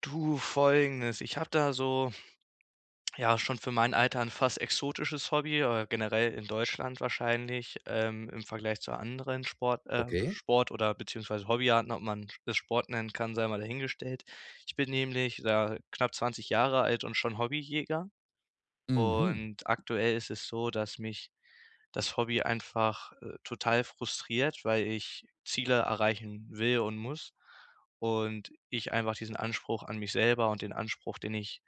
Du, Folgendes: Ich habe da so, ja, schon für mein Alter ein fast exotisches Hobby, oder generell in Deutschland wahrscheinlich, im Vergleich zu anderen Okay. Sport oder beziehungsweise Hobbyarten, ob man es Sport nennen kann, sei mal dahingestellt. Ich bin nämlich, ja, knapp 20 Jahre alt und schon Hobbyjäger. Mhm. Und aktuell ist es so, dass mich das Hobby einfach, total frustriert, weil ich Ziele erreichen will und muss und ich einfach diesen Anspruch an mich selber und den Anspruch, den ich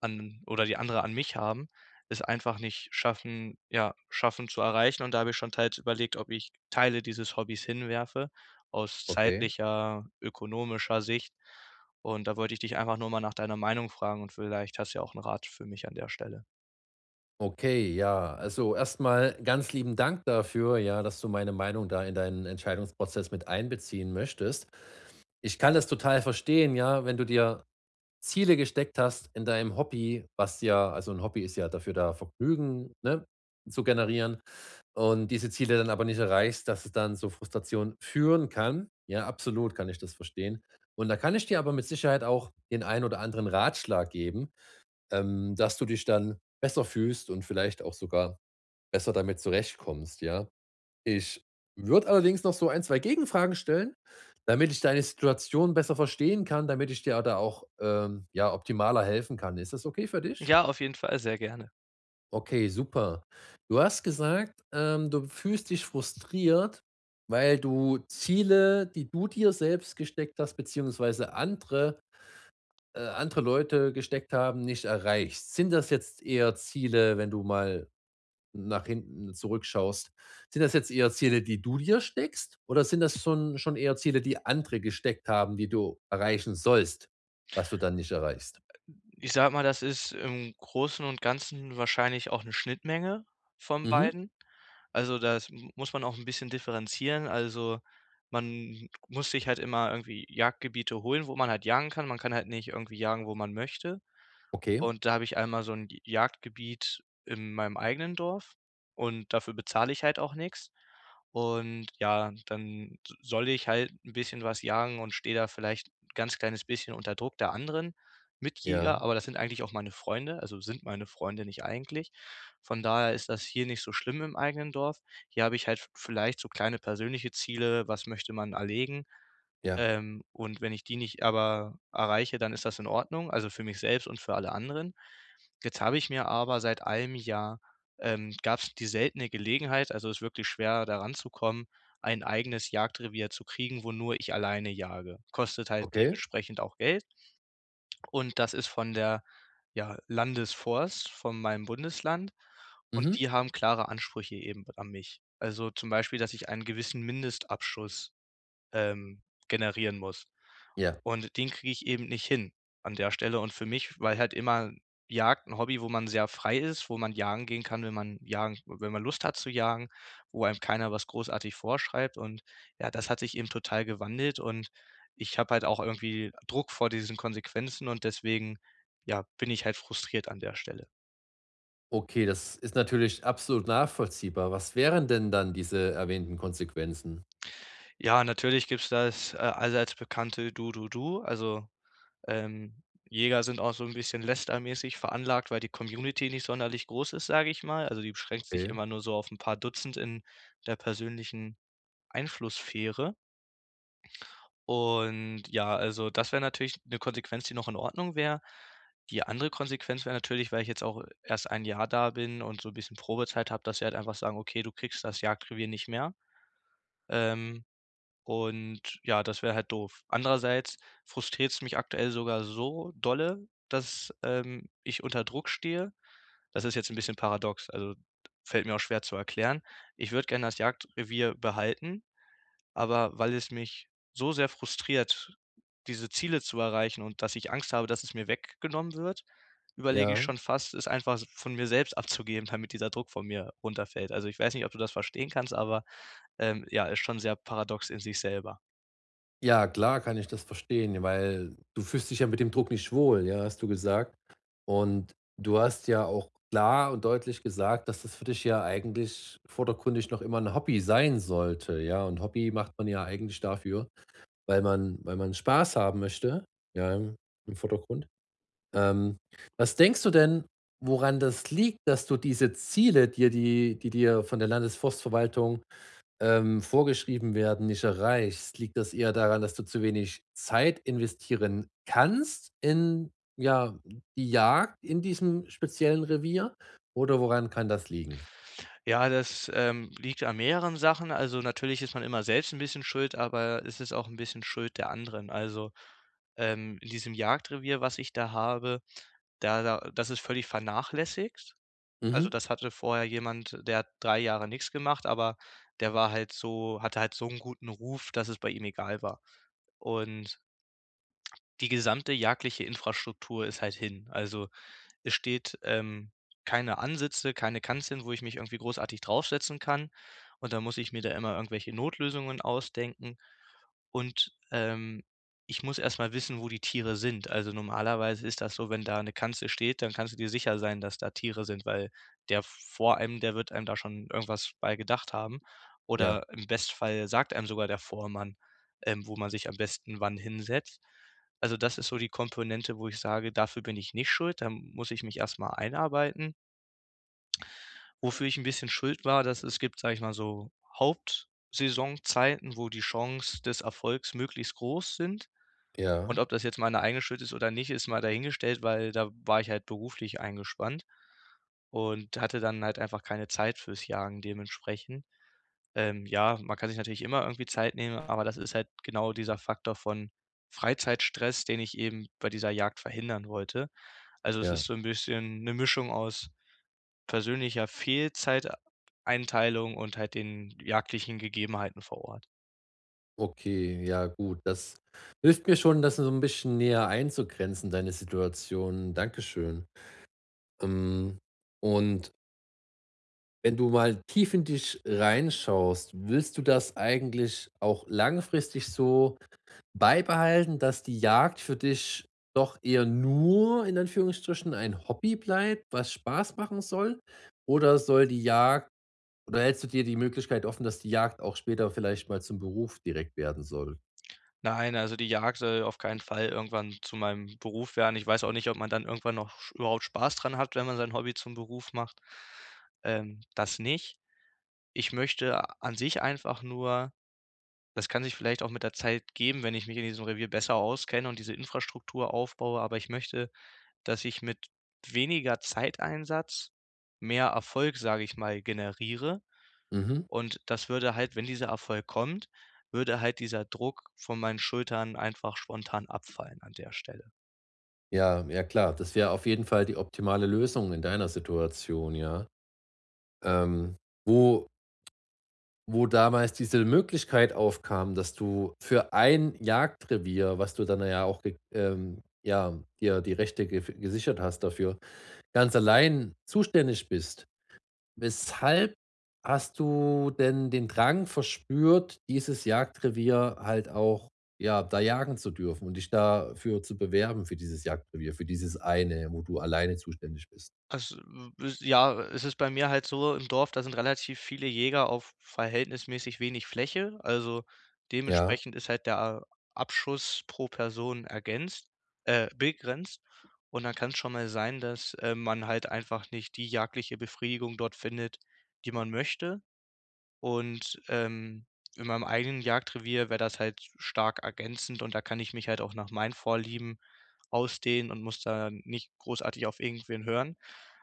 an oder die andere an mich haben, es einfach nicht schaffen ja, schaffen zu erreichen. Und da habe ich schon teils überlegt, ob ich Teile dieses Hobbys hinwerfe aus Okay. zeitlicher, ökonomischer Sicht. Und da wollte ich dich einfach nur mal nach deiner Meinung fragen und vielleicht hast du ja auch einen Rat für mich an der Stelle. Okay, ja. Also erstmal ganz lieben Dank dafür, ja, dass du meine Meinung da in deinen Entscheidungsprozess mit einbeziehen möchtest. Ich kann das total verstehen, ja, wenn du dir Ziele gesteckt hast in deinem Hobby. Was ja, also, ein Hobby ist ja dafür da, Vergnügen, ne, zu generieren, und diese Ziele dann aber nicht erreichst, dass es dann zu Frustration führen kann. Ja, absolut kann ich das verstehen. Und da kann ich dir aber mit Sicherheit auch den einen oder anderen Ratschlag geben, dass du dich dann besser fühlst und vielleicht auch sogar besser damit zurechtkommst, ja. Ich würde allerdings noch so ein 2 Gegenfragen stellen, damit ich deine Situation besser verstehen kann, damit ich dir da auch, ja, optimaler helfen kann. Ist das okay für dich? Ja, auf jeden Fall, sehr gerne. Okay, super. Du hast gesagt, du fühlst dich frustriert, weil du Ziele, die du dir selbst gesteckt hast, beziehungsweise andere andere Leute gesteckt haben, nicht erreichst? Sind das jetzt eher Ziele, wenn du mal nach hinten zurückschaust, sind das jetzt eher Ziele, die du dir steckst? Oder sind das schon eher Ziele, die andere gesteckt haben, die du erreichen sollst, was du dann nicht erreichst? Ich sag mal, das ist im Großen und Ganzen wahrscheinlich auch eine Schnittmenge von Mhm. beiden. Also, das m muss man auch ein bisschen differenzieren. Also, man muss sich halt immer irgendwie Jagdgebiete holen, wo man halt jagen kann. Man kann halt nicht irgendwie jagen, wo man möchte. Okay. Und da habe ich einmal so ein J Jagdgebiet in meinem eigenen Dorf und dafür bezahle ich halt auch nichts. Und ja, dann s soll ich halt ein bisschen was jagen und stehe da vielleicht 'n ganz kleines bisschen unter Druck der anderen. Mitjäger, Ja. aber das sind eigentlich auch meine Freunde, also sind meine Freunde, nicht eigentlich. Von daher ist das hier nicht so schlimm im eigenen Dorf. Hier habe ich halt v vielleicht so kleine persönliche Ziele, was möchte man erlegen, Ja. Und wenn ich die nicht aber erreiche, dann ist das in Ordnung, also für mich selbst und für alle anderen. Jetzt habe ich mir aber seit einem Jahr gab es die seltene Gelegenheit, also es ist wirklich schwer, daran zu kommen, ein eigenes Jagdrevier zu kriegen, wo nur ich alleine jage. Kostet halt Okay. dementsprechend auch Geld und das ist von der, ja, Landesforst von meinem Bundesland und Mhm. die haben klare Ansprüche eben an mich. Also, zum Beispiel, dass ich einen gewissen Mindestabschuss, ähm, generieren muss. Ja. Und den kriege ich eben nicht hin an der Stelle. Und für mich, weil halt immer Jagd ein Hobby, wo man sehr frei ist, wo man jagen gehen kann, wenn man Lust hat zu jagen, wo einem keiner was großartig vorschreibt. Und ja, das hat sich eben total gewandelt und ich habe halt auch irgendwie Druck vor diesen Konsequenzen und deswegen, ja, bin ich halt frustriert an der Stelle. Okay, das ist natürlich absolut nachvollziehbar. Was wären denn dann diese erwähnten Konsequenzen? Ja, natürlich gibt's das, allseits bekannte „Du, du“, also. Ähm, Jäger sind auch so ein bisschen lästermäßig veranlagt, weil die Community nicht sonderlich groß ist, sage ich mal. Also, die beschränkt sich Okay. immer nur so auf ein paar Dutzend in der persönlichen Einflusssphäre. Und ja, also, das wäre natürlich eine Konsequenz, die noch in Ordnung wäre. Die andere Konsequenz wäre natürlich, weil ich jetzt auch erst ein Jahr da bin und so ein bisschen Probezeit habe, dass sie halt einfach sagen: „Okay, du kriegst das Jagdrevier nicht mehr.“ Ähm, und ja, das wäre halt doof. Andererseits frustriert es mich aktuell sogar so dolle, dass, ich unter Druck stehe. Das ist jetzt ein bisschen paradox, also, fällt mir auch schwer zu erklären. Ich würde gerne das Jagdrevier behalten, aber weil es mich so sehr frustriert, diese Ziele zu erreichen und dass ich Angst habe, dass es mir weggenommen wird, überlege ich Ja. schon fast, es einfach s von mir selbst abzugeben, damit dieser Druck von mir runterfällt. Also, ich weiß nicht, ob du das verstehen kannst, aber, ja, ist schon sehr paradox in sich selber. Ja, klar kann ich das verstehen, weil du fühlst dich ja mit dem Druck nicht wohl, ja, hast du gesagt. Und du hast ja auch klar und deutlich gesagt, dass das für dich ja eigentlich vordergründig noch immer ein Hobby sein sollte, ja? Und Hobby macht man ja eigentlich dafür, weil man Spaß haben möchte, ja, im im Vordergrund. Ähm, was denkst du denn, woran das liegt, dass du diese Ziele dir die dir von der Landesforstverwaltung vorgeschrieben werden, nicht erreichst, liegt das eher daran, dass du zu wenig Zeit investieren kannst in, ja, die Jagd in diesem speziellen Revier? Oder woran kann das liegen? Ja, das, liegt an mehreren Sachen. Also, natürlich ist man immer selbst ein bisschen schuld, aber es ist auch ein bisschen Schuld der anderen. Also, in diesem Jagdrevier, was ich da habe, da das ist völlig vernachlässigt. Also, Mhm. das hatte vorher jemand, der hat 3 Jahre nichts gemacht, aber der war halt so hatte halt so einen guten Ruf, dass es bei ihm egal war. Und die gesamte jagdliche Infrastruktur ist halt hin. Also es steht, keine Ansitze, keine Kanzeln, wo ich mich irgendwie großartig draufsetzen kann. Und dann muss ich mir da immer irgendwelche Notlösungen ausdenken. Und, ich muss erst mal wissen, wo die Tiere sind. Also, normalerweise ist das so, wenn da eine Kanzel steht, dann kannst du dir sicher sein, dass da Tiere sind, weil der vor einem, der wird einem da schon irgendwas bei gedacht haben. Ja, Oder im Bestfall sagt einem sogar der Vormann, wo man sich am besten wann hinsetzt. Also, das ist so die Komponente, wo ich sage, dafür bin ich nicht schuld, da muss ich mich erst mal einarbeiten. Wofür ich ein bisschen schuld war, dass es gibt, sage ich mal, so Hauptsaisonzeiten, wo die Chance des Erfolgs möglichst groß sind. Und ja, ob das jetzt meine eigene Schuld ist oder nicht, ist mal dahingestellt, weil da war ich halt beruflich eingespannt und hatte dann halt einfach keine Zeit fürs Jagen dementsprechend. Ja, man kann sich natürlich immer irgendwie Zeit nehmen, aber das ist halt genau dieser Faktor von Freizeitstress, den ich eben bei dieser Jagd verhindern wollte. Also, es ist ja. so ein bisschen eine Mischung aus persönlicher Fehlzeiteinteilung und halt den jagdlichen Gegebenheiten vor Ort. Okay, ja, gut. Das hilft mir schon, das so ein bisschen näher einzugrenzen, deine Situation. Dankeschön. Ähm, und wenn du mal tief in dich reinschaust, willst du das eigentlich auch langfristig so beibehalten, dass die Jagd für dich doch eher nur in Anführungsstrichen ein Hobby bleibt, was Spaß machen soll? Oder soll die Jagd oder hältst du dir die Möglichkeit offen, dass die Jagd auch später vielleicht mal zum Beruf direkt werden soll? Nein, also die Jagd soll auf keinen Fall irgendwann zu meinem Beruf werden. Ich weiß auch nicht, ob man dann irgendwann noch sch überhaupt Spaß dran hat, wenn man sein Hobby zum Beruf macht. Das nicht. Ich möchte an sich einfach nur das kann sich vielleicht auch mit der Zeit geben, wenn ich mich in diesem Revier besser auskenne und diese Infrastruktur aufbaue, aber ich möchte, dass ich mit weniger Zeiteinsatz mehr Erfolg, sage ich mal, generiere. Mhm. Und das würde halt wenn dieser Erfolg kommt, würde halt dieser Druck von meinen Schultern einfach spontan abfallen an der Stelle. Ja, ja klar, das wäre auf jeden Fall die optimale Lösung in deiner Situation, ja. Ähm, wo wo damals diese Möglichkeit aufkam, dass du für ein Jagdrevier, was du dann ja auch, ge ja, dir die Rechte ge gesichert hast dafür, ganz allein zuständig bist, weshalb hast du denn den Drang verspürt, dieses Jagdrevier halt auch, ja, da jagen zu dürfen und dich dafür zu bewerben, für dieses Jagdrevier, für dieses eine, wo du alleine zuständig bist? Also, w s ja, es ist bei mir halt so im Dorf, da sind relativ viele Jäger auf verhältnismäßig wenig Fläche. Also, Ja, dementsprechend ist halt der Abschuss pro Person ergänzt begrenzt. Und dann kann es schon mal sein, dass, man halt einfach nicht die jagdliche Befriedigung dort findet, die man möchte. Und, in meinem eigenen Jagdrevier wäre das halt stark ergänzend und da kann ich mich halt auch nach meinen Vorlieben ausdehnen und muss da nicht großartig auf irgendwen hören.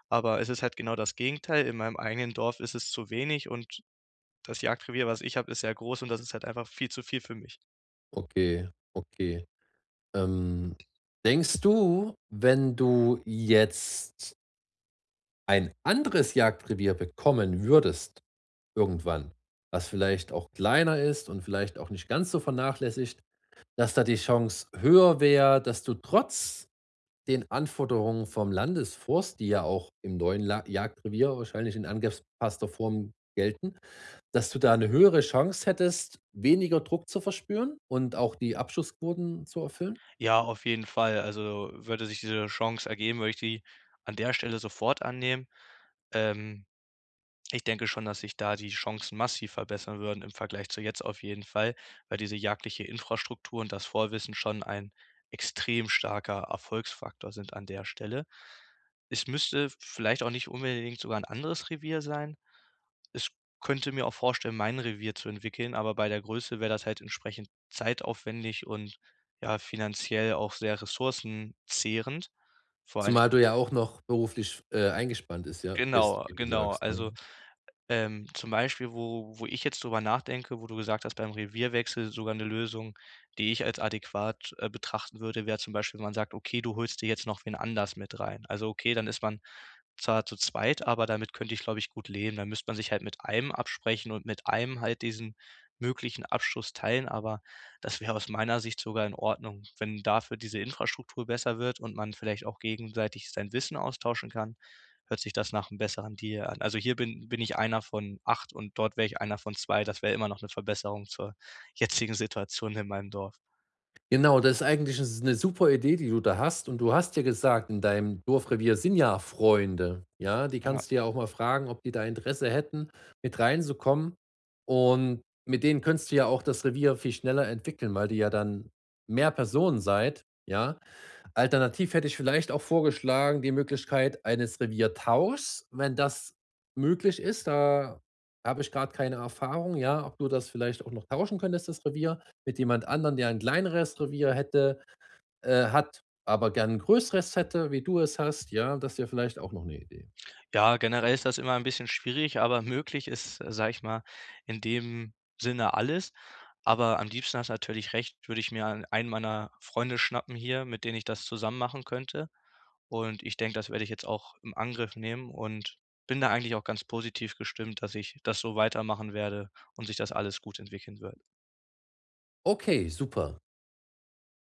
Aber es ist halt genau das Gegenteil. In meinem eigenen Dorf ist es zu wenig und das Jagdrevier, was ich habe, ist sehr groß und das ist halt einfach viel zu viel für mich. okay, okay. Ähm, denkst du, wenn du jetzt ein anderes Jagdrevier bekommen würdest irgendwann, was vielleicht auch kleiner ist und vielleicht auch nicht ganz so vernachlässigt, dass da die Chance höher wäre, dass du trotz den Anforderungen vom Landesforst, die ja auch im neuen La Jagdrevier wahrscheinlich in angepasster Form gelten, dass du da eine höhere Chance hättest, weniger Druck zu verspüren und auch die Abschussquoten zu erfüllen? Ja, auf jeden Fall. Also, würde sich diese Chance ergeben, würde ich die an der Stelle sofort annehmen. Ähm. Ich denke schon, dass sich da die Chancen massiv verbessern würden im Vergleich zu jetzt auf jeden Fall, weil diese jagdliche Infrastruktur und das Vorwissen schon ein extrem starker Erfolgsfaktor sind an der Stelle. Es müsste vielleicht auch nicht unbedingt sogar ein anderes Revier sein. Es könnte mir auch vorstellen, mein Revier zu entwickeln, aber bei der Größe wäre das halt entsprechend zeitaufwendig und, ja, finanziell auch sehr ressourcenzehrend. Vor allen Zumal du ja auch noch beruflich, eingespannt ist ja bist, genau, wie du genau. sagst, Also. ne? Zum Beispiel, wo ich jetzt drüber nachdenke, wo du gesagt hast, beim Revierwechsel sogar eine Lösung, die ich als adäquat, betrachten würde, wäre zum Beispiel, wenn man sagt: „Okay, du holst dir jetzt noch wen anders mit rein.“ Also, okay, dann ist man zwar zu zweit, aber damit könnte ich, glaube ich, gut leben. Dann müsste man sich halt mit einem absprechen und mit einem halt diesen möglichen Abschluss teilen, aber das wäre aus meiner Sicht sogar in Ordnung, wenn dafür diese Infrastruktur besser wird und man vielleicht auch gegenseitig sein Wissen austauschen kann hört sich das nach einem besseren Deal an. Also, hier bin ich einer von 8 und dort wäre ich einer von 2. Das wäre immer noch eine Verbesserung zur jetzigen Situation in meinem Dorf. Genau, das ist eigentlich 'n 'ne super Idee, die du da hast. Und du hast ja gesagt, in deinem Dorfrevier sind ja Freunde, ja? Die Ja. kannst du ja auch mal fragen, ob die da Interesse hätten, mit reinzukommen. Und mit denen könntest du ja auch das Revier viel schneller entwickeln, weil die ja dann mehr Personen seid, ja? Alternativ hätte ich vielleicht auch vorgeschlagen die Möglichkeit eines Reviertauschs, wenn das möglich ist. Da habe ich gerade keine Erfahrung, ja, ob du das vielleicht auch noch tauschen könntest, das Revier, mit jemand anderem, der ein kleineres Revier hätte hat, aber gern ein größeres hätte, wie du es hast, ja. Das wäre vielleicht auch noch eine Idee. Ja, generell ist das immer ein bisschen schwierig, aber möglich ist, sage ich mal, in dem Sinne alles. Aber am liebsten hast du natürlich recht, würde ich mir an einen meiner Freunde schnappen hier, mit denen ich das zusammen machen könnte. Und ich denke, das werde ich jetzt auch im Angriff nehmen und bin da eigentlich auch ganz positiv gestimmt, dass ich das so weitermachen werde und sich das alles gut entwickeln wird. Okay, super.